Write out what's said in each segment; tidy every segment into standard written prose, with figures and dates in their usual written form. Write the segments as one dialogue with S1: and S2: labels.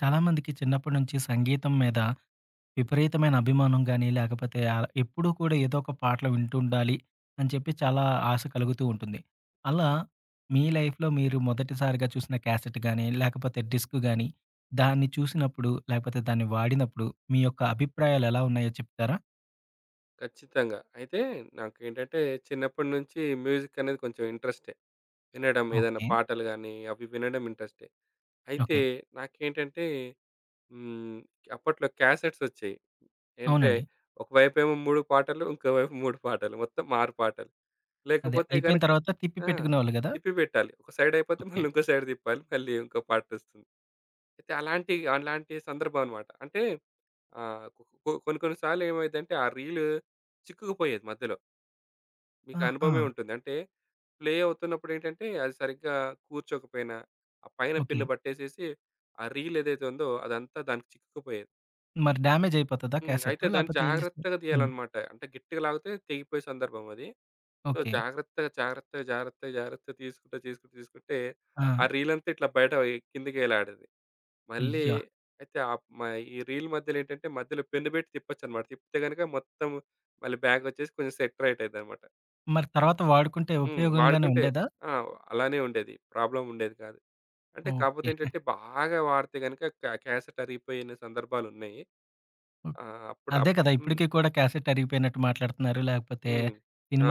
S1: చాలామందికి చిన్నప్పటి నుంచి సంగీతం మీద విపరీతమైన అభిమానం గానీ, లేకపోతే ఎప్పుడూ కూడా ఏదో ఒక పాటలు వింటుండాలి అని చెప్పి చాలా ఆశ కలుగుతూ ఉంటుంది. అలా మీ లైఫ్‌లో మీరు మొదటిసారిగా చూసిన క్యాసెట్ గానీ, లేకపోతే డిస్క్ గానీ, దాన్ని చూసినప్పుడు, లేకపోతే దాన్ని వాడినప్పుడు మీ యొక్క అభిప్రాయాలు ఎలా ఉన్నాయో చెప్తారా?
S2: ఖచ్చితంగా. అయితే నాకేంటంటే చిన్నప్పటి నుంచి మ్యూజిక్ అనేది కొంచెం ఇంట్రెస్టే. వినడం ఏదైనా
S1: ఓకే.
S2: పాటలు గాని, అవి వినడం ఇంట్రెస్టే. అయితే
S1: ఓకే.
S2: నాకేంటంటే హ్మ్. అప్పట్లో క్యాసెట్స్ వచ్చేయి. అంటే
S1: అవునండి.
S2: ఒకవైపేమో 3 పాటలు, ఇంకోవైపు 3 పాటలు. మొత్తం 6 పాటలు.
S1: అదే
S2: లేకపోతే
S1: అయిపోయిన
S2: గనక.
S1: తర్వాత తిప్పి
S2: ఆ,
S1: పెట్టుకునేవాళ్ళు గదా!
S2: తిప్పి పెట్టాలి. ఒక సైడ్ అయిపోతే
S1: ఓకే.
S2: మళ్ళీ ఇంకో సైడ్ తిప్పాలి. మళ్ళీ ఇంకో పాటొస్తుంది. అయితే అలాంటి సందర్భం అన్నమాట. అంటే ఆహ్, కొ కొన్ని కొన్ని సార్లు ఏమైద్దంటే ఆ రీల్ చిక్కుకుపోయేది మధ్యలో. మీకు
S1: ఆహా!
S2: అనుభవమే ఉంటుంది. అంటే, ప్లే అవుతున్నప్పుడేంటంటే, అది సరిగ్గా కూర్చోకపోయినా, ఆ పైన
S1: ఓకే.
S2: పిన్ను పట్టేసేసి, ఆ రీల్ ఏదైతే ఉందో అదంతా దానికి చిక్కుకుపోయేది.
S1: మరి డ్యామేజ్ అయిపోతదా
S2: హ్మ్,
S1: క్యాసెట్?
S2: అయితే దాన్ని
S1: లేకపోతే ఏం చేస్తారు?
S2: జాగ్రత్తగా
S1: హ్మ్.
S2: తీయాలనమాట. అంటే గట్టిగా లాగితే తెగిపోయే సందర్భం అది. So,
S1: okay.
S2: జాగ్రత్తగా తీసుకుంటూ తీసుకుంటే
S1: ఆ!
S2: ఆ రీల్ అంతా ఇట్లా బయట ఎ కిందకి ఎలాడేది. మళ్ళీ
S1: అయ్యా!
S2: అయితే ఆప్ మ ఈ రీల్ మధ్యలో ఏంటంటే, మధ్యలో పెన్ను పెట్టి తిప్పొచ్చనమాట. తిప్పితే గనుక మొత్తం మళ్ళీ బ్యాగొచ్చేసి కొంచెం సెట్ రైట్ అయిద్దనమాట.
S1: మరి తర్వాత వాడుకుంటే ఉపయోగంగానే
S2: వాడుకుంటే
S1: ఉండేదా?
S2: ఆ, అలానే ఉండేది. ప్రాబ్లమ్ ఉండేది కాదు. అంటే కాకపోతే
S1: ఓకే.
S2: ఏంటంటే బాగా వాడితే గనుక క్యాసెట్ అరిగిపోయిన సందర్భాలున్నాయి.
S1: ఓహ్!
S2: ఆహ్, అప్పుడు
S1: అదే
S2: అప్
S1: కదా!
S2: హ్మ్.
S1: ఇప్పటికి కూడా క్యాసెట్ అరిగిపోయినట్టు మాట్లాడుతున్నారు. లేకపోతే
S2: హ్మ్.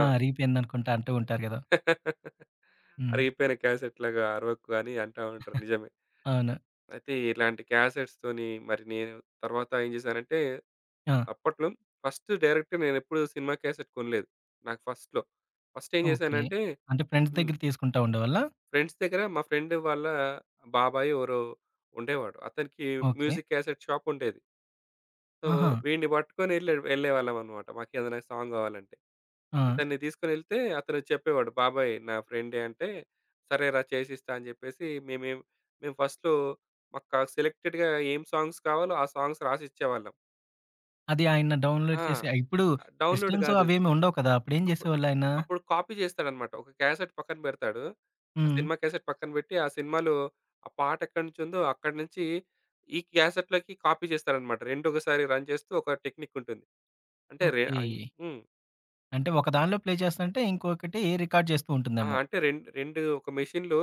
S2: ఆ!
S1: అరిగిపోయిందనుకుంటా అంటూ ఉంటారు గదా! హ్మ్.
S2: అరిగిపోయిన క్యాసెట్‌లాగా అరవకు అని అంటా ఉంటారు. నిజమే.
S1: అవును.
S2: అయితే ఇలాంటి క్యాసెట్స్‌తోని మరి నేను తర్వాత ఏం చేశానంటే
S1: ఆ!
S2: అప్పట్లో ఫస్ట్ డైరెక్ట్ నేనెప్పుడు సినిమా క్యాసెట్ కొనలేదు. నాకు ఫస్ట్‌లో. ఫస్ట్ ఏం
S1: ఓకే.
S2: చేశానంటే
S1: అంటే ఫ్రెండ్స్
S2: హ్మ్.
S1: దగ్గర తీసుకుంటా ఉండేవాళ్ళా?
S2: ఫ్రెండ్స్ దగ్గర మా ఫ్రెండ్ వాళ్ళ బాబాయ్ ఎవరో ఉండేవాడు. అతనికి
S1: ఓకే.
S2: మ్యూజిక్ క్యాసెట్ షాప్ ఉండేది. సో,
S1: ఆహా!
S2: వీడిని పట్టుకొని వెళ్ళేవాళ్ళం అన్నమాట. మాకేదైనా సాంగ్ కావాలంటే.
S1: ఆ!
S2: ఇతన్ని తీసుకొనెళ్తే అతను చెప్పేవాడు. బాబాయ్ నా ఫ్రెండే అంటే, సరేరా చేసిస్తా అని చెప్పేసి మేము ఫస్ట్‌లో మాకు సెలెక్టెడ్‌గా ఏం సాంగ్స్ కావాలో ఆ సాంగ్స్ రాసిచ్చేవాళ్ళం.
S1: అది ఆయన డౌన్‌లోడ్
S2: ఆ!
S1: చేసి ఇప్పుడు
S2: డౌన్‌లోడ్
S1: సిస్టమ్స్
S2: కాదు.
S1: అవేమి ఉండవు కదా! అప్పుడేం
S2: అప్పుడు
S1: చేసేవాళ్ళాయన?
S2: అప్పుడు కాపీ చేస్తాడనమాట. ఒక క్యాసెట్ పక్కన పెడతాడు. ఆ
S1: హ్మ్.
S2: సినిమా క్యాసెట్ పక్కన పెట్టి, ఆ సినిమాలో ఆ పాట ఎక్కడి నుంచి ఉందో అక్కడి నుంచి ఈ క్యాసెట్‌లోకి కాపీ చేస్తాడనమాట. 2 ఒకసారి రన్ చేస్తూ ఒక టెక్నిక్ ఉంటుంది. అంటే రె
S1: ఓకే.
S2: అయి హ్మ్.
S1: అంటే ఒక దానిలో ప్లే చేస్తుంటే ఇంకొకటి రికార్డ్ చేస్తూ
S2: ఆ!
S1: ఉంటుందేమో.
S2: అంటే రెం 2 ఒక మెషిన్‌లో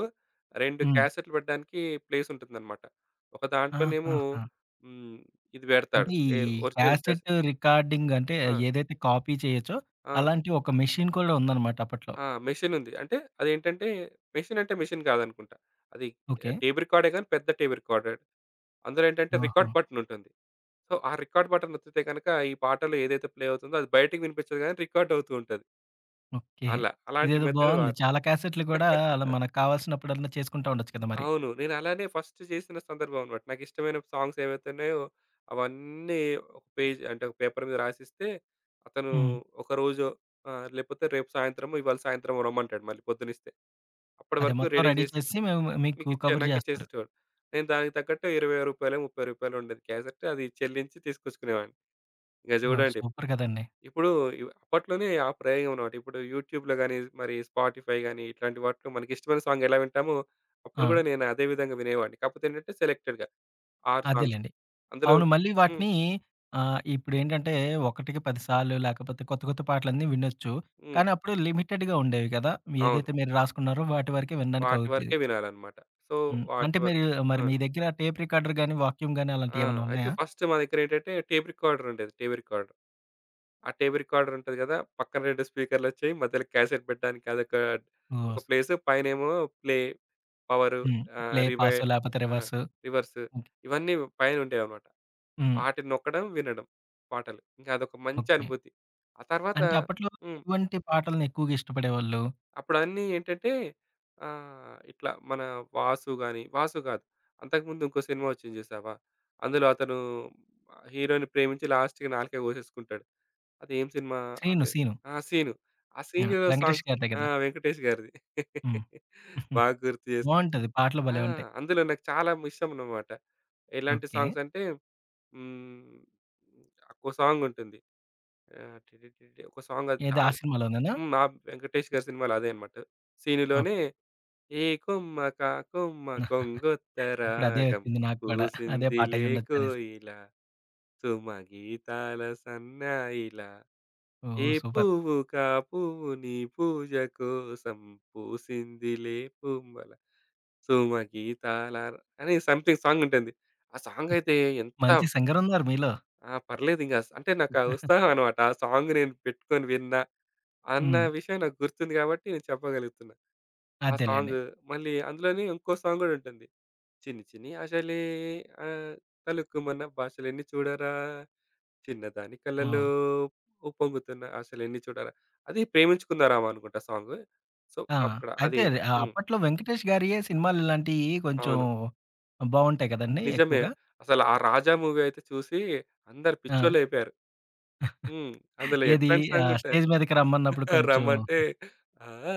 S2: 2
S1: హ్మ్.
S2: క్యాసెట్‌లు పెట్టడానికి ప్లేస్ ఉంటుందనమాట. ఒక దాంట్లోనేమో
S1: ఆహాహా!
S2: హ్మ్. ఇది పెడతాడు.
S1: అంటే ఈ
S2: ఏ ఒరిజినల్ క్యాసెట్.
S1: క్యాసెట్ రికార్డింగ్ అంటే
S2: ఆ!
S1: ఏదైతే కాపీ చేయొచ్చో,
S2: ఆ!
S1: అలాంటి ఒక మెషిన్ కూడా ఉందన్నమాట అప్పట్లో.
S2: ఆ! మెషినుంది. అంటే అదేంటంటే మెషిన్ అంటే మెషిన్ కాదనుకుంటా. అది
S1: ఓకే.
S2: టేప్ రికార్డే గాని పెద్ద టేప్ రికార్డర్. అందులో ఏంటంటే
S1: ఆహా!
S2: రికార్డ్ బటన్ ఉంటుంది. సో, ఆ రికార్డ్ బటన్ నొక్కితే గనక ఈ పాటలు ఏదైతే ప్లే అవుతుందో అది బయటికి వినిపించదు గానీ రికార్డ్ అవుతూ ఉంటది.
S1: ఓకే.
S2: అలా. అలాంటి
S1: ఇదేదో
S2: మెథడ్
S1: బావుంది.
S2: వాడు.
S1: చాలా క్యాసెట్‌లు కూడా అలా మనకు కావాల్సినప్పుడల్లా చేసుకుంటా ఉండొచ్చు కదా మరి.
S2: అవును. నేను అలానే ఫస్ట్ చేసిన సందర్భం అన్నమాట. నాకిష్టమైన సాంగ్స్ ఏవైతే ఉన్నాయో అవన్నీ ఒక పేజ్ అంటే ఒక పేపర్ మీద రాసిస్తే అతను
S1: హ్మ్.
S2: ఒకరోజు లేకపోతే రేపు సాయంత్రము, ఇవాళ సాయంత్రం రమ్మంటాడు మళ్ళీ పొద్దునిస్తే. అప్పటి
S1: అదే
S2: వరకు
S1: మొత్తం
S2: రెడీ
S1: రెడీ
S2: చేసి
S1: చేసి మేము మీకు
S2: మీకిచ్చారు.
S1: కబురు చేస్తారు.
S2: నాకిచ్చేసేటోడు. నేను దానికి తగ్గట్టు రూ. 20, రూ. 30 ఉండేది క్యాసెట్. అది చెల్లించి తీసుకొచ్చుకునేవాడిని. ఇంక
S1: ఓహ్!
S2: చూడండి.
S1: సూపర్ కదండీ.
S2: ఇప్పుడు అప్పట్లోనే ఆ ప్రయోగం అన్నమాట. ఇప్పుడు యూట్యూబ్‌లో గాని, మరి స్పాటిఫై గాని ఇట్లాంటి వాటిలో మనకిష్టమైన సాంగ్ ఎలా వింటామో, అప్పుడు
S1: ఆ!
S2: గూడా నేను అదే విధంగా వినేవాడిని. కాకపోతే ఏంటంటే సెలెక్టెడ్‌గా 6 సాంగ్స్.
S1: అదేలెండి.
S2: అందులో
S1: అవును. మళ్ళీ
S2: హ్మ్.
S1: వాటిని ఇప్పుడేంటంటే ఒకటికి 10 సార్లు లేకపోతే కొత్త కొత్త పాటలన్నీ వినొచ్చు.
S2: హ్మ్.
S1: కానీ అప్పుడు లిమిటెడ్‌గా ఉండేవి కదా!
S2: అవును.
S1: ఏదైతే మీరు రాసుకున్నారో వాటి వరకే వినడానికి
S2: వాటి
S1: అవుతది.
S2: వరకే వినాలన్నమాట. సో,
S1: హ్మ్.
S2: వాటి
S1: అంటే మీరు
S2: వరకు ఆ!
S1: మరి మీ దగ్గర టేప్ రికార్డర్ గాని, వాక్యూమ్ గాని
S2: ఆ!
S1: అలాంటియేమన్నా
S2: అయితే
S1: ఉన్నాయా?
S2: ఫస్ట్ మా దగ్గరేంటంటే టేప్ రికార్డర్ ఉండేది. Tape recorder. ఆ టేప్ రికార్డర్ ఉంటది గదా! పక్కన 2 స్పీకర్‌లొచ్చాయి. మధ్యలో క్యాసెట్ పెట్టడానికి ఒక
S1: ఓహ్!
S2: ప్లేసు. పైనేమో ప్లే, పవరు,
S1: హ్మ్. ప్లే, పాస్
S2: రివైండ్,
S1: లేపోతే
S2: ఆ,
S1: రివర్స్.
S2: Reverse
S1: okay.
S2: ఇవన్నీ పైన ఉండేవన్నమాట.
S1: హ్మ్.
S2: వాటిని నొక్కడం, వినడం పాటలు. ఇంక అదొక మంచి
S1: ఓకే.
S2: అనుభూతి. ఆ తర్వాత
S1: అంటే అప్పట్లో
S2: హ్మ్.
S1: ఎటువంటి పాటల్ని ఎక్కువగా ఇష్టపడేవాళ్ళు?
S2: అప్పుడన్నీ ఏంటంటే ఇట్లా మన 'వాసు' గాని 'వాసు' కాదు. అంతకుముందు ఇంకో సినిమా వచ్చింది చూసావా? అందులో అతను హీరో‌ని ప్రేమించి లాస్ట్‌కి నాలుక కోసేసుకుంటాడు. అదేం సినిమా? అదే
S1: 'శీను.'
S2: ఆ! 'సీను.' ఆ
S1: ఆ!
S2: 'సీనులో'
S1: వెంకటేష్
S2: సాంగ్స్.
S1: గారిదే
S2: ఆ!
S1: కదా!
S2: వెంకటేష్ గారిది.
S1: హ్మ్.
S2: బాగా గుర్తు చేశావు.
S1: బావుంటది. పాటలు
S2: ఆ!
S1: భలే ఉంటాయి.
S2: అందులో నాకు చాలా ఇష్టం అన్నమాట. ఎలాంటి
S1: ఓకే.
S2: సాంగ్స్ అంటే హ్మ్. ఒక సాంగ్ ఉంటుంది. ఆహ్, టిటిటిటి ఒక సాంగ్ అది
S1: ఏది ఆ
S2: చాలా
S1: సినిమాలోనేనా?
S2: హ్మ్. ఆ! వెంకటేష్ గారి సినిమాలో అదే అన్నమాట.
S1: ఓకే.
S2: 'సీనులోనే' ఏ కొమ్మ కా కొమ్మ
S1: ఆ!
S2: కొంగొత్త
S1: ఇప్పుడు అదే
S2: రాగం
S1: వచ్చింది నాకు కూడా. అదే
S2: పూసిందిలే
S1: పాటయ్యుండొచ్చనేసి.
S2: కోయిల సుమగీతాల సన్నాయిల ఏ
S1: ఓహ్! సూపర్.
S2: పువ్వు కా పువ్వు నీ పూజ కోసం పూసిందిలే పువ్వల సుమగీతాల అని సంథింగ్ సాంగ్ ఉంటుంది. ఆ సాంగ్ అయితే ఎంత
S1: మంచి సింగరున్నారు మీలో.
S2: ఆ! పర్లేదు ఇంక అంటే నాకు ఆ ఉత్సాహం అనమాట. ఆ సాంగ్ నేను పెట్టుకొని విన్నా అన్న
S1: హ్మ్.
S2: విషయం నాకు గుర్తుంది కాబట్టి నేను చెప్పగలుగుతున్నా. ఆ
S1: అదేలెండి.
S2: సాంగ్ మళ్ళీ అందులోనే ఇంకో సాంగ్ గూడా ఉంటుంది. చిన్ని చిన్ని ఆశలే ఆ, తలుక్కుమన్న భాషలెన్ని చూడరా చిన్నదాని కళ్ళలో
S1: ఓహ్!
S2: ఉప్పొంగుతున్న ఆశలెన్ని చూడరా అది ప్రేమించుకున్నారామ అనుకుంటా సాంగ్. సో
S1: ఆ!
S2: అక్కడ అది ఉమ్,
S1: అప్పట్లో 'వెంకటేష్' గారియే సినిమాలు ఇలాంటియి కొంచెం
S2: అవును,
S1: బావుంటాయి కదండీ
S2: నిజమే.
S1: ఎక్కువగా.
S2: అసలు ఆ రాజా మూవీ అయితే చూసి అందరు
S1: ఆ!
S2: పిచ్చోళ్ళు అయిపోయారు. ఉమ్, అందులో
S1: ఏది
S2: ఎట్లాంటి సాంగ్ ఉంటాయి.
S1: స్టేజ్ మీదకి రమ్మన్నప్పుడు కొంచెం
S2: రమ్మంటే "ఆ, ఆ,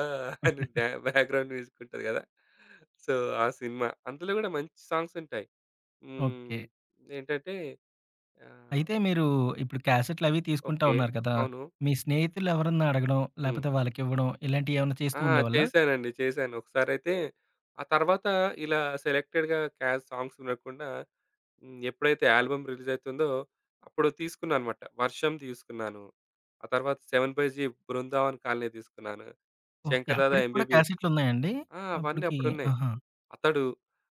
S2: ఆ" అని బ్యాక్గ్రౌండ్ మ్యూజిక్ ఉంటుంది కదా. సో, ఆ సినిమా అందులో కూడా మంచి సాంగ్స్ ఉంటాయి. ఉమ్,
S1: ఓకే.
S2: ఏంటంటే
S1: అయితే మీరు ఇప్పుడు క్యాసెట్‌లవి తీసుకుంటా
S2: ఓకే.
S1: ఉన్నారు కదా!
S2: అవును.
S1: మీ స్నేహితులెవరన్నా అడగడం,
S2: హ్మ్.
S1: లేపోతే వాళ్ళకివ్వడం ఇలాంటియేమన్నా
S2: ఆ!
S1: చేస్తూ ఉండేవాళ్ళా?
S2: చేశానండి. చేశాను. ఒకసారైతే ఆ తర్వాత ఇలా సెలెక్టెడ్‌గా సాంగ్స్ ఉండకుండా ఎప్పుడైతే ఆల్బమ్ రిలీజయితుందో అప్పుడు తీసుకున్నానన్నమాట. 'వర్షం' తీసుకున్నాను. ఆ తర్వాత 7/7 బృందావన్ కాలనీ తీసుకున్నాను.
S1: ఓకే.
S2: 'శంకర్ దాదా
S1: అప్పటికి కూడా
S2: ఎంబీబీఎస్.'
S1: క్యాసెట్‌లున్నాయండి?
S2: ఆ! అవన్నీ
S1: అప్పటికి
S2: అప్పుడున్నాయి.
S1: ఆహా!
S2: 'అతడు'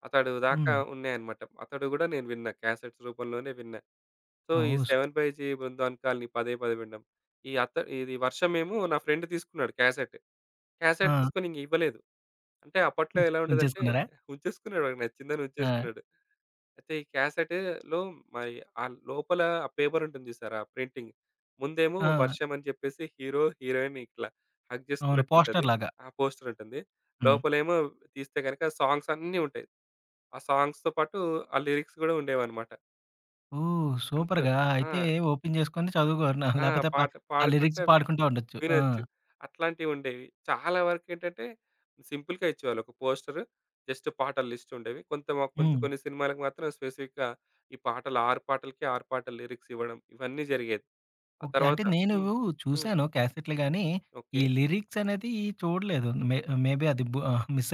S2: 'అతడు' దాకా
S1: హ్మ్.
S2: ఉన్నాయన్నమాట. 'అతడు' గూడా నేను విన్నా. క్యాసెట్స్ రూపంలోనే విన్నా. సో, ఈ
S1: ఓహ్! సు
S2: 7/7 బృందావన్ కాలనీ పదే పదే వినడం. ఈ అత ఇది 'వర్షం' ఏమో నా ఫ్రెండ్ తీసుకున్నాడు క్యాసెట్. క్యాసెట్
S1: ఆ!
S2: తీసుకొని ఇంక ఇవ్వలేదు. అంటే అప్పట్లో ఎలా ఉండేదంటే
S1: ఉంచేసుకున్నారా?
S2: ఉంచేసుకున్నాడు వాడికి నచ్చిందని
S1: ఆ!
S2: ఉంచేసుకున్నాడు. అయితే ఈ క్యాసెట్‌లో మరి ఆ లోపల ఆ పేపర్ ఉంటుంది చూసారా? ప్రింటింగ్. ముందేమో
S1: ఆ!
S2: వర్షం అని చెప్పేసి హీరో, హీరోయిన్ ఇట్లా హగ్
S1: అవును.
S2: చేసుకున్నట్టుంటది.
S1: పోస్టర్‌లాగా.
S2: ఆ పోస్టర్ ఉంటుంది.
S1: హ్మ్.
S2: లోపలేమో తీస్తే గనక సాంగ్స్ అన్నీ ఉంటాయి. ఆ సాంగ్స్‌తో పాటు ఆ లిరిక్స్ గూడా ఉండేవన్నమాట.
S1: ఓహ్!
S2: అంతే.
S1: సూపర్‌గా.
S2: ఆ!
S1: అయితే ఓపెన్ చేసుకొని చదువుకోనా
S2: ఆ!
S1: లేపోతే ప
S2: పాట
S1: ఆ
S2: పాడుకుంటే
S1: లిరిక్స్ పాడుకుంటూ ఉండొచ్చు. ఆ!
S2: వినొచ్చు. అట్లాంటివుండేవి. చాలా వరకేంటంటే సింపుల్‌గా ఇచ్చేవాళ్ళు. ఒక పోస్టరు, జస్ట్ పాటల లిస్ట్ ఉండేవి. కొంత
S1: హ్మ్.
S2: కొన్ని సినిమాలకు మాత్రం స్పెసిఫిక్‌గా ఈ పాటలు 6 పాటలకి 6 పాటల లిరిక్స్ ఇవ్వడం ఇవన్నీ జరిగేది. ఆ
S1: ఓకే. అంటే
S2: తర్వాత
S1: నేను
S2: హ్మ్. హ్మ్.
S1: చూసాను క్యాసెట్లు గానీ,
S2: ఓకే.
S1: ఈ లిరిక్స్ అనేది చూడలేదు. మేబీ మిస్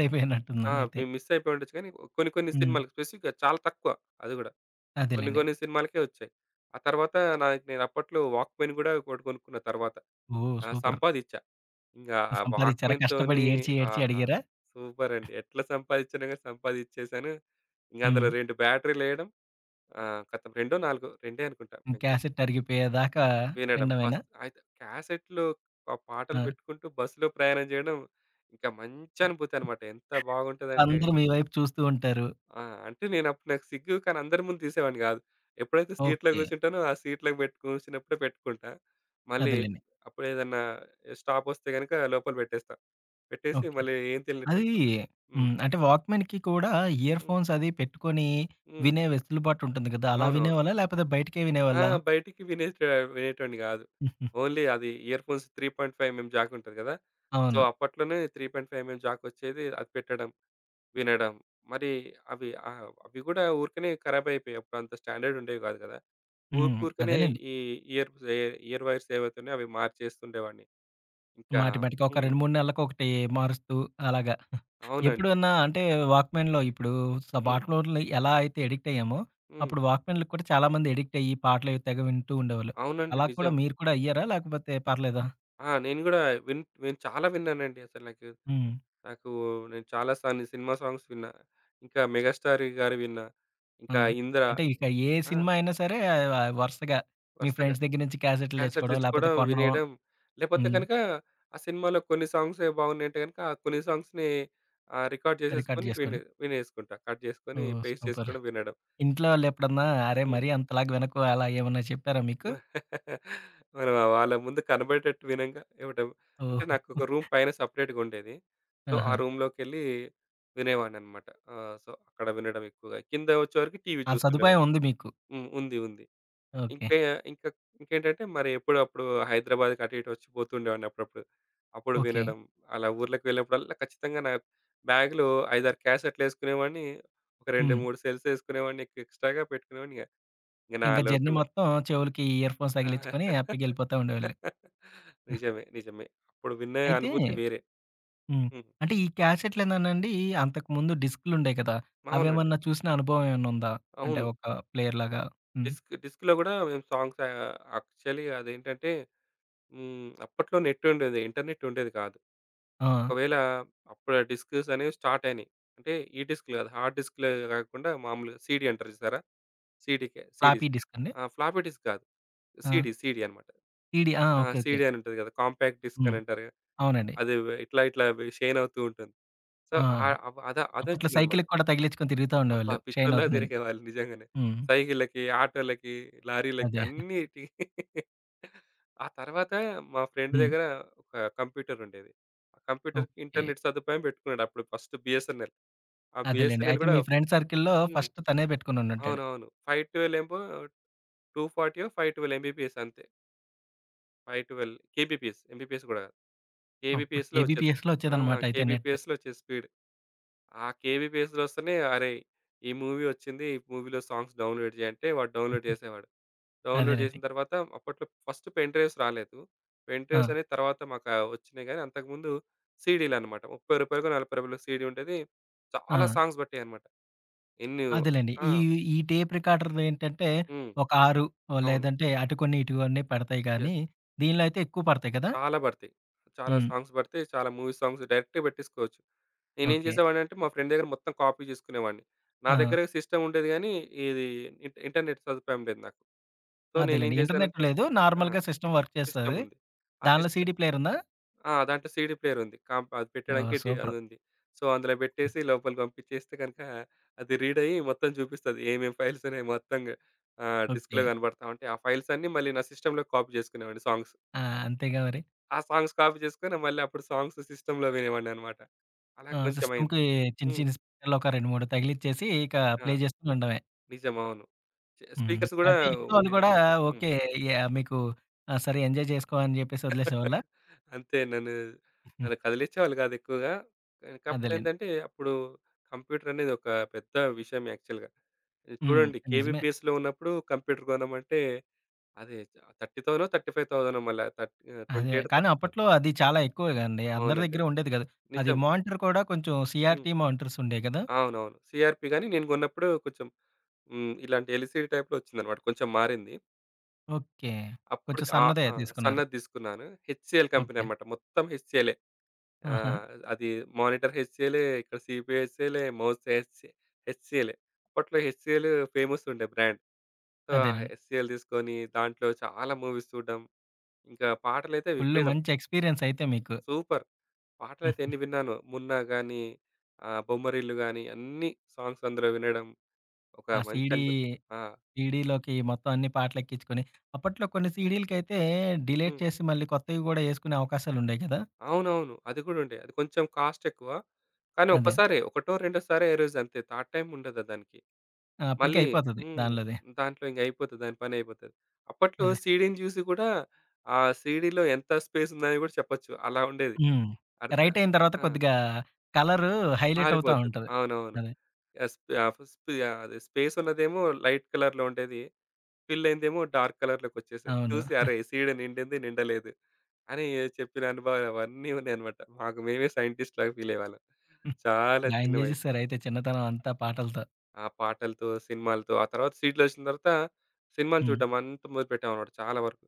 S2: ఆ!
S1: అయిపోయినట్టున్నానయితే.
S2: మేము మిస్ అయిపోయి ఉండొచ్చు కానీ కొన్ని కొన్ని
S1: హ్మ్.
S2: సినిమాలకి స్పెసిఫిక్‌గా చాలా తక్కువ అది గూడా. కొన్ని
S1: అదేలెండి.
S2: కొన్ని సినిమాలకే వచ్చాయి. ఆ తర్వాత నాకు నేను అప్పట్లో వాక్‌మెన్ గూడా ఒకటి కొనుక్కున్న తర్వాత.
S1: ఓహ్!
S2: ఆ!
S1: సూపర్.
S2: సంపాదిచ్చా. ఇంగా ఆ
S1: సంపాదిచ్చారా? కష్టపడి
S2: వాక్‌మెన్‌తోని
S1: ఏడ్చి, ఏడ్చి
S2: ఆహా!
S1: అడిగారా?
S2: సూపర్ అండి. ఎట్లా సంపాదించానో గాని సంపాదిచ్చేసాను. ఇంగ అందులో
S1: హ్మ్.
S2: 2 బ్యాటరీలేయడం ఖతం. రెండో, నాలుగో రెండే అనుకుంటా. మాక్సిమం
S1: క్యాసెట్ అరిగిపోయేదాకా
S2: వినడం. బస్
S1: వినడమేనా?
S2: అయితే క్యాసెట్‌లు ఆ పాటలు
S1: ఆ!
S2: పెట్టుకుంటూ బస్సులో ప్రయాణం జేయడం ఇంకా మంచి అనుభూతి అన్నమాట. ఎంత బాగుంటదంటే
S1: అందరూ మీ వైపు చూస్తూ ఉంటారు.
S2: ఆ! అంటే నేనప్పుడు నాకు సిగ్గు కానీ అందరి ముందు తీసేవాడిని కాదు. ఎప్పుడైతే సీట్‌లో
S1: ఓకే.
S2: కూర్చుంటానో ఆ సీట్‌లో కూర్చున్నప్పుడే పెట్టుకుంటా. మళ్ళీ
S1: అదేలెండి.
S2: అప్పుడేదన్నా స్టాప్ వస్తే గనుక లోపల పెట్టేస్తా. పెట్టేసి
S1: ఓకే.
S2: మళ్ళీ ఏం తెలియనట్టు
S1: అది
S2: వెళ్ళిపోతా. హ్మ్.
S1: హ్మ్. అంటే వాక్‌మెన్‌కి కూడా ఇయర్
S2: హ్మ్.
S1: ఫోన్స్ అది పెట్టుకొని
S2: హ్మ్.
S1: వినే వెసులుబాటు ఉంటుంది కదా! అలా
S2: అవునవును.
S1: వినేవాళ్ళా? లేకపోతే బయటకే
S2: ఆ!
S1: వినేవాళ్ళా?
S2: బయటికి వినేటోడిని కాదు.
S1: హుహు.
S2: ఓన్లీ అది ఇయర్‌ఫోన్స్ 3.5 ఎంఎం జాక్ ఉంటది కదా! సో,
S1: అవును.
S2: అప్పట్లోనే 3.5 ఎంఎం జాక్ వచ్చేది. అది పెట్టడం. వినడం. మరి అవి గూడా ఊరికనే ఖరాబ్ అయిపోయాయి. అప్పుడు అంత స్టాండర్డ్ ఉండేవి కాదు కదా!
S1: హ్మ్.
S2: ఊరికూరికనే
S1: అదేలెండి.
S2: ఈ ఇయర్స్ ఎ ఇయర్ వైర్స్ ఏవైతున్నాయో అవి మార్చేస్తుండేవాడిని. ఇంకా
S1: మాటి మాటికి ఒక
S2: హ్మ్.
S1: 2, 3 నెలలకొకటి మారుస్తూ అలాగా.
S2: అవునండి.
S1: ఎప్పుడన్నా అంటే వాక్‌మెన్‌లో ఇప్పుడు
S2: హ్మ్.
S1: స్మార్ట్ ఫోన్‌లు ఎలా అయితే అడిక్ట్ అయ్యామో,
S2: హ్మ్.
S1: అప్పుడు వాక్‌మెన్‌లకి కూడా చాలామంది అడిక్ట్ అయ్యి పాటలవి తెగ వింటూ ఉండేవాళ్ళు.
S2: అవునండి.
S1: అలా కూడా
S2: నిజం.
S1: మీరు కూడా అయ్యారా? లేకపోతే పర్లేదా?
S2: ఆ! నేను గూడా నేను చాలా విన్నానండి. అసలు నాకు
S1: హ్మ్.
S2: నాకు నేను చాలా సినిమా సాంగ్స్ విన్నా. ఇంకా 'మెగాస్టార్' గారివి విన్నా.
S1: ఆ!
S2: ఇంకా 'ఇంద్ర'
S1: అంటే ఇక ఏ
S2: ఆ!
S1: సినిమా అయినా సరే వరుసగా మీ
S2: వరుసగా.
S1: ఫ్రెండ్స్ దగ్గర నుంచి క్యాసెట్లు
S2: క్యాసెట్
S1: తెచ్చుకోవడం, లేపోతే
S2: తెచ్చుకోవడం,
S1: కొనడం
S2: వినేయడం. లేపోతే
S1: హ్మ్.
S2: గనక ఆ సినిమాలో కొన్ని సాంగ్సే బాగున్నాయంటే గనక ఆ కొన్ని సాంగ్స్‌ని రికార్డ్
S1: రికార్డ్
S2: చేసేసుకొని
S1: జేసుకొని.
S2: వినేసుకుంటా. కట్ చేసుకొని
S1: ఓహ్!
S2: Place
S1: super.
S2: చేసుకోవడం, వినడం.
S1: ఇంట్లో వాళ్ళెప్పుడన్నా అరే!
S2: హ్మ్.
S1: మరీ అంతలాగా వినకు అలా ఏమన్నా చెప్పారా మీకు?
S2: మనం ఆ వాళ్ళ ముందు కనబడేటట్టు వినంగా ఇవ్వడం. అంటే
S1: ఓహ్!
S2: నాకొక రూమ్ పైన సెపరేట్‌గా ఉండేది. సో, ఆ
S1: ఆహా!
S2: రూమ్‌లోకెళ్ళి వినేవాడినన్నమాట. సో, అక్కడ వినడం ఎక్కువగా. కింద వచ్చేవరకు టీవీ
S1: ఆ సదుపాయం
S2: చూస్తుండేవాడిని.
S1: ఉంది మీకు.
S2: హ్మ్. ఉంది. ఉంది.
S1: ఓకే.
S2: ఇంకే ఇంకా ఇంకేంటంటే మరి అప్పుడు హైదరాబాద్‌కి అటు ఇటు వచ్చి పోతుండేవాడిని అప్పుడప్పుడు. అప్పుడు
S1: ఓకే.
S2: వినడం. అలా ఊర్లకు వెళ్ళినప్పుడల్లా ఖచ్చితంగా నా బ్యాగ్‌లో 5, 6 క్యాసెట్‌లేసుకునేవాడిని. ఒక 2,
S1: హ్మ్.
S2: 3 సెల్స్ ఏసుకునేవాడిని ఎక్స్‌ట్రాగా పెట్టుకునేవాడిని ఇగ. ఇంక నా
S1: ఇంకా జర్నీ
S2: లోకల్
S1: మొత్తం చెవులకి ఇయర్ ఫోన్స్ తగిలించుకొని
S2: ఆ!
S1: హ్యాపీగా ఎళ్ళిపోతా ఉండేవాళ్ళు.
S2: నిజమే. నిజమే. అప్పుడు విన్న
S1: అయితే
S2: అనుభూతి వేరే.
S1: హ్మ్.
S2: హ్మ్.
S1: అంటే ఈ క్యాసెట్‌లేనానండి అంతకుముందు డిస్క్‌లుండేయి కదా!
S2: అవునండి.
S1: అవేమన్నా చూసిన అనుభవం ఏమన్నా ఉందా? అంటే
S2: అవును.
S1: ఒక ప్లేయర్ లాగా? హ్మ్.
S2: డిస్క్‌లో గూడా మేము సాంగ్స్ యాక్చువల్లీ అదేంటంటే హ్మ్. అప్పట్లో నెట్ ఉండేది. ఇంటర్నెట్ ఉండేది కాదు.
S1: ఆ!
S2: ఒకవేళ అప్పుడు డిస్క్స్ అనేవి స్టార్ట్ అయినాయి. అంటే ఈ డిస్క్‌లు కాదు. హార్డ్ డిస్క్‌లే కాకుండా మామూలుగా సీడీ అంటారు చూసారా? CDK
S1: floppy
S2: CDs.
S1: డిస్క్ అండి?
S2: ఆ! ఫ్లాపీ డిస్క్ కాదు.
S1: ఆ!
S2: సీడీ అన్నమాట.
S1: సీడీ ఆ!
S2: ఆ!
S1: ఓకే. ఓకే.
S2: సీడీ అని ఉంటది కదా! కాంపాక్ట్ డిస్క్ అని
S1: హ్మ్.
S2: అంటారు. కదా,
S1: అవునండి.
S2: అది ఇట్లా ఇట్లా షేన్ అవుతూ ఉంటుంది. సో,
S1: ఆ!
S2: ఆహ్, అవ్ అద
S1: అప్పట్లో
S2: అదొచ్చిందన్నమాట.
S1: సైకిల్‌కి కూడా తగిలించుకొని తిరుగుతా
S2: అబ్బా!
S1: ఉండేవాళ్ళు షైన్
S2: పిచ్చోల్లాగా
S1: అవుతుందని.
S2: తిరిగేవాళ్ళు నిజంగానే.
S1: హ్మ్.
S2: సైకిళ్ళకి, ఆటోలకి, లారీలకి
S1: అదే.
S2: అన్నిటికి. ఆ తర్వాత మా ఫ్రెండ్
S1: హ్మ్.
S2: దగ్గర ఒక కంప్యూటర్ ఉండేది. ఆ కంప్యూటర్‌కి
S1: ఓకే.
S2: ఇంటర్నెట్ సదుపాయం పెట్టుకున్నాడు. అప్పుడు ఫస్ట్ బిఎస్ఎన్ఎల్. ఆ
S1: అదేలెండి.
S2: బిఎస్ఎన్ఎల్
S1: అయితే
S2: గూడా
S1: మీ ఫ్రెండ్ సర్కిల్‌లో
S2: హ్మ్.
S1: ఫస్ట్ తనే పెట్టుకొనుండుంటాడు.
S2: అవునవును. 512 ఏమో 240 512 ఎంబీపీఎస్ అంతే. 512 కేబీపీఎస్. ఎంబీపీఎస్ గూడా కాదు.
S1: అప్పుడు
S2: కేబీపీఎస్‌లో వచ్చేద్దాం.
S1: కేబీపీఎస్‌లో
S2: ఆ!
S1: వచ్చేదన్నమాట అయితే నెట్.
S2: కేబీపీఎస్‌లో వచ్చే స్పీడ్. ఆ కేబీపీఎస్‌లో వస్తేనే అరేయ్! ఈ మూవీ వచ్చింది. ఈ మూవీలో సాంగ్స్ డౌన్‌లోడ్ చేయి అంటే వాడు డౌన్‌లోడ్ చేసేవాడు. డౌన్‌లోడ్
S1: అదేనండి.
S2: చేసిన తర్వాత అప్పట్లో ఫస్ట్ పెన్ డ్రైవ్స్ రాలేదు. పెన్
S1: ఆ!
S2: డ్రైవ్స్ అనేది తర్వాత మాకు వచ్చినాయి గానీ అంతకుముందు సీడీలనమాట. రూ. 30కో రూ. 40కో సీడీ ఉండేది.
S1: ఆ!
S2: చాలా సాంగ్స్ పట్టాయనమాట. ఎన్ని
S1: అదేలెండి.
S2: ఆ!
S1: ఈ ఈ టేప్ రికార్డర్‌లేంటంటే
S2: హ్మ్.
S1: ఒక 6
S2: అవును.
S1: లేదంటే అటు కొన్ని, ఇటు కొన్ని పడతాయి గానీ,
S2: యెస్.
S1: దీనిలో అయితే ఎక్కువ పడతాయి కదా!
S2: చాలా పడతాయి. చాలా
S1: హ్మ్.
S2: సాంగ్స్ పడతాయి. చాలా మూవీ సాంగ్స్ డైరెక్ట్‌గా పెట్టేసుకోవచ్చు. నేనేం
S1: ఓకే.
S2: చేసేవాడినంటే మా ఫ్రెండ్ దగ్గర మొత్తం కాపీ చేసుకునేవాడిని. నా
S1: ఆ!
S2: దగ్గర సిస్టమ్ ఉండేది గానీ, ఇది ఇంట ఇంటర్నెట్ సదుపాయం లేదు నాకు. సో, నేనేం
S1: అదేలెండి. ఇంటర్నెట్
S2: చేశానంటే
S1: లేదు.
S2: ఆ!
S1: నార్మల్‌గా సిస్టమ్ వర్క్
S2: సిస్టమ్
S1: చేస్తది.
S2: ఉంది. ఆ
S1: దానిలో
S2: సిస్ట
S1: సీడీ ప్లేయర్ ఉందా?
S2: ఆ! దాంట్లో సీడీ ప్లేయర్ ఉంది. అది
S1: ఓహ్!
S2: పెట్టడానికి
S1: సూపర్.
S2: అదుంది. సో, అందులో పెట్టేసి లోపలికి పంపించేస్తే గనుక అది రీడ్ అయ్యి మొత్తం చూపిస్తది. ఏమేం ఫైల్స్ ఉన్నాయి మొత్తంగా డిస్క్‌లో
S1: ఓకే.
S2: కనబడతా ఉంటాయి. ఆ ఫైల్స్ అన్నీ మళ్ళీ నా సిస్టమ్‌లో కాపీ చేసుకునేవాడిని సాంగ్స్.
S1: ఆ! అంతేగా మరి.
S2: ఆ సాంగ్స్ కాపీ చేసుకొని మళ్ళీ అప్పుడు సాంగ్స్ సిస్టమ్‌లో వినేవాడిననమాట. అలా
S1: ఆ!
S2: కొంచెం అయింది.
S1: సిస్టమ్‌కి చిన్న
S2: హ్మ్.
S1: చిన్న స్పీకర్‌లు ఒక 2, 3 తగిలిచ్చేసి ఇక
S2: ఆ!
S1: ప్లే చేస్తూ ఉండడమే.
S2: నిజం. అవును.
S1: హ్మ్.
S2: స్పీకర్స్ గూడా
S1: అయితే ఇంట్లో వాళ్ళు
S2: ఉండేవి.
S1: కూడా
S2: హ్మ్.
S1: ఓకే. యాహ్! మీకు ఆ! సరే ఎంజాయ్ చేసుకో అని చెప్పేసి వదిలేసేవాళ్ళా?
S2: అంతే నన్ను కదిలిచ్చేవాళ్ళు కాదు ఎక్కువగా. కానీ కాకపోతే
S1: అదేలెండి.
S2: ఏంటంటే అప్పుడు కంప్యూటర్ అనేది ఒక పెద్ద విషయం యాక్చువల్‌గా. ఇది
S1: హ్మ్.
S2: చూడండి
S1: నిజమే.
S2: కేబీపీఎస్‌లో ఉన్నప్పుడు కంప్యూటర్ కొనమంటే అది 30,000 35,000 మళ్ళా 28
S1: అదే కానీ
S2: 30,000
S1: అప్పట్లో అది చాలా ఎక్కువే కదండీ. అందరి
S2: అవునండి.
S1: దగ్గర ఉండేది కాదు. అది
S2: నిజం.
S1: మానిటర్ కూడా కొంచెం
S2: హ్మ్.
S1: సీఆర్‌టీ మానిటర్స్ ఉండేవి కదా!
S2: అవునవును. సీఆర్‌పీ గాని నేను కొన్నప్పుడు కొంచెం హ్మ్. ఇలాంటి ఎల్‌సీడీ టైప్‌లో వచ్చిందన్నమాట. కొంచెం మారింది.
S1: ఓకే. కొంచెం
S2: అప్పటికి ఆహ్,
S1: సన్నదే
S2: ఆ!
S1: తీసుకున్నారు.
S2: సన్నది తీసుకున్నాను. HCL company
S1: okay.
S2: అన్నమాట. మొత్తం హెచ్‌సీఎలే.
S1: ఆహా!
S2: ఆహ్, అది మానిటర్ హెచ్‌సీఎలే, ఇక్కడ సీపీయూ హెచ్‌సీఎలే, మౌస్ హెచ్‌సీఎలే. అప్పట్లో హెచ్‌సీఎల్ ఫేమస్ ఉండే బ్రాండ్. సో, ఆ
S1: అదేనండి.
S2: హెచ్‌సీఎల్ తీసుకొని దాంట్లో చాలా మూవీస్ చూడడం. ఇంకా పాటలైతే
S1: ఫుల్లు
S2: విపరీతం.
S1: మంచి ఎక్స్‌పీరియన్స్ అయితే మీకు.
S2: సూపర్. పాటలైతే
S1: హ్మ్.
S2: ఎన్ని విన్నానో. 'మున్నా' గాని, 'బొమ్మరిల్లు' గాని అన్ని సాంగ్స్ అందులో వినడం ఒక
S1: ఆ
S2: మంచి
S1: సీడీ,
S2: అనుభూతి. ఆ!
S1: సీడీలోకి మొత్తం అన్ని పాటలెక్కించుకొని, అప్పట్లో కొన్ని సీడీలకైతే డిలీట్
S2: హ్మ్.
S1: చేసి మళ్ళీ కొత్తవి గూడా యేసుకునే అవకాశాలుండేయి కదా!
S2: అవునవును. అది గూడా ఉండే. అది కొంచెం కాస్ట్ ఎక్కువ. కానీ
S1: అదే.
S2: ఒక్కసారే, ఒకటో, రెండోసారే ఎరోజ్ అంతే. థర్డ్ టైమ్ ఉండదు దానికి.
S1: ఆ! అప్పటికే
S2: మళ్ళీ
S1: అయిపోతది
S2: హ్మ్.
S1: దానిలోది.
S2: దాంట్లో ఇంక అయిపోతది. దాని పని అయిపోతది. అప్పట్లో
S1: అదే.
S2: సీడీని జూసి గూడా ఆ సీడీలో ఎంత స్పేస్ ఉందని గూడా చెప్పొచ్చు. అలా ఉండేది.
S1: హ్మ్.
S2: అర్ధ
S1: రైట్ అయిన తర్వాత
S2: ఆ!
S1: కొద్దిగా కలరు హైలైట్ అవుతా
S2: మారిపోతది.
S1: ఉంటది.
S2: అవునవును.
S1: అదే.
S2: ఎస్ ఆహ్, ఫుస్ ఆహ్, అది స్పేస్ ఉన్నదేమో లైట్ కలర్‌లో ఉండేది. పిల్లయిందేమో డార్క్ కలర్‌లోకొచ్చేసింది.
S1: అవును.
S2: చూసి అరేయ్! సీడ నిండింది నిండలేదు అని చెప్పిన అనుభవాలవన్నీ ఉన్నాయన్నమాట. మాకు మేమే సైంటిస్ట్‌లాగా ఫీలయ్యేవాళ్ళం. చాలా
S1: బా ఎంజాయ్
S2: చిన్న వయసు.
S1: జేసేసారయితే చిన్నతనం అంతా పాటలతో.
S2: ఆ పాటలతో, సినిమాలతో ఆ తర్వాత సీడీలొచ్చిన తర్వాత సినిమాలు
S1: హ్మ్.
S2: చూడడం అంతా మొదలుపెట్టామన్నమాట చాలా వరకు.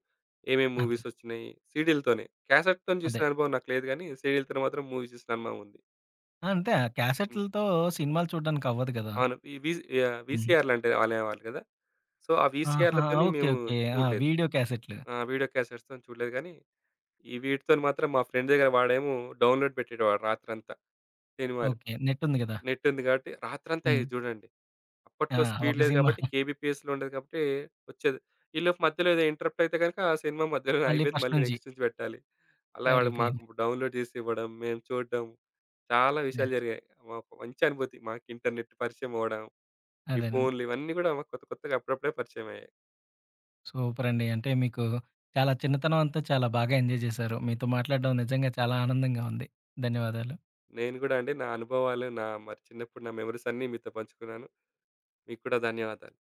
S2: ఏమేమి
S1: అదే.
S2: మూవీసొచ్చినాయి సీడీలతోనే. క్యాసెట్‌తోని
S1: అదే.
S2: చూసిన అనుభవం నాకు లేదు గానీ, సీడీలతో మాత్రం మూవీ చూసిన అనుభవం ఉంది.
S1: ఆ! అంతే. ఆ
S2: హ్మ్.
S1: క్యాసెట్లతో సినిమాలు చూడడానికి అవ్వదు గదా!
S2: అవును. ఈ వీజ్ యాహ్!
S1: హ్మ్.
S2: వీసీఆర్‌లంటే అనేవాళ్ళు కదా! సో, ఆ
S1: ఆహా!
S2: వీసీఆర్‌లతోని
S1: ఓకే.
S2: మేము
S1: ఓకే. ఆ!
S2: చూడలేదు.
S1: వీడియో క్యాసెట్‌లు.
S2: ఆ! వీడియో క్యాసెట్స్‌తోని చూడలేదు గానీ ఈ వీటితోని మాత్రం మా ఫ్రెండ్ దగ్గర వాడేమో డౌన్‌లోడ్ పెట్టేటవాడు రాత్రంతా సినిమాలు.
S1: ఓకే. నెట్ ఉంది గదా!
S2: నెట్ ఉంది కాబట్టి రాత్రంతా
S1: హ్మ్.
S2: అయ్యేది చూడండి.
S1: ఆ!
S2: అప్పట్లో స్పీడ్
S1: ఒక
S2: లేదు
S1: సినిమా
S2: కాబట్టి కేబీపీఎస్‌లో ఉండేది కాబట్టి వచ్చేది. ఈలోపు మధ్యలో ఏదో ఇంటరప్ట్ అయితే గనుక ఆ సినిమా మధ్యలోనే
S1: మళ్ళీ
S2: ఆగిపోయేది.
S1: ఫస్ట్
S2: మళ్ళీ
S1: నుంచి
S2: నెక్స్ట్ నుంచి పెట్టాలి. అలా వాడు
S1: సరిపోయింది.
S2: మాకు డౌన్‌లోడ్ చేసి ఇవ్వడం, మేము చూడడం చాలా విషయాలు
S1: యాహ్!
S2: జరిగాయి. మాకు మంచి అనుభూతి. మాకు ఇంటర్నెట్ పరిచయం అవ్వడం, ఈ
S1: అదేనండి.
S2: ఫోన్‌లు ఇవన్నీ గూడా మాకు కొత్త కొత్తగా అప్పుడప్పుడే పరిచయం అయ్యాయి.
S1: సూపరండి. అంటే మీకు చాలా చిన్నతనం అంతా చాలా బాగా ఎంజాయ్ చేశారు. మీతో మాట్లాడడం నిజంగా చాలా ఆనందంగా ఉంది. ధన్యవాదాలు.
S2: నేను గూడా అండి నా అనుభవాలు, నా మరి చిన్నప్పుడు నా మెమోరీస్ అన్నీ మీతో పంచుకున్నాను. మీకు కూడా ధన్యవాదాలు.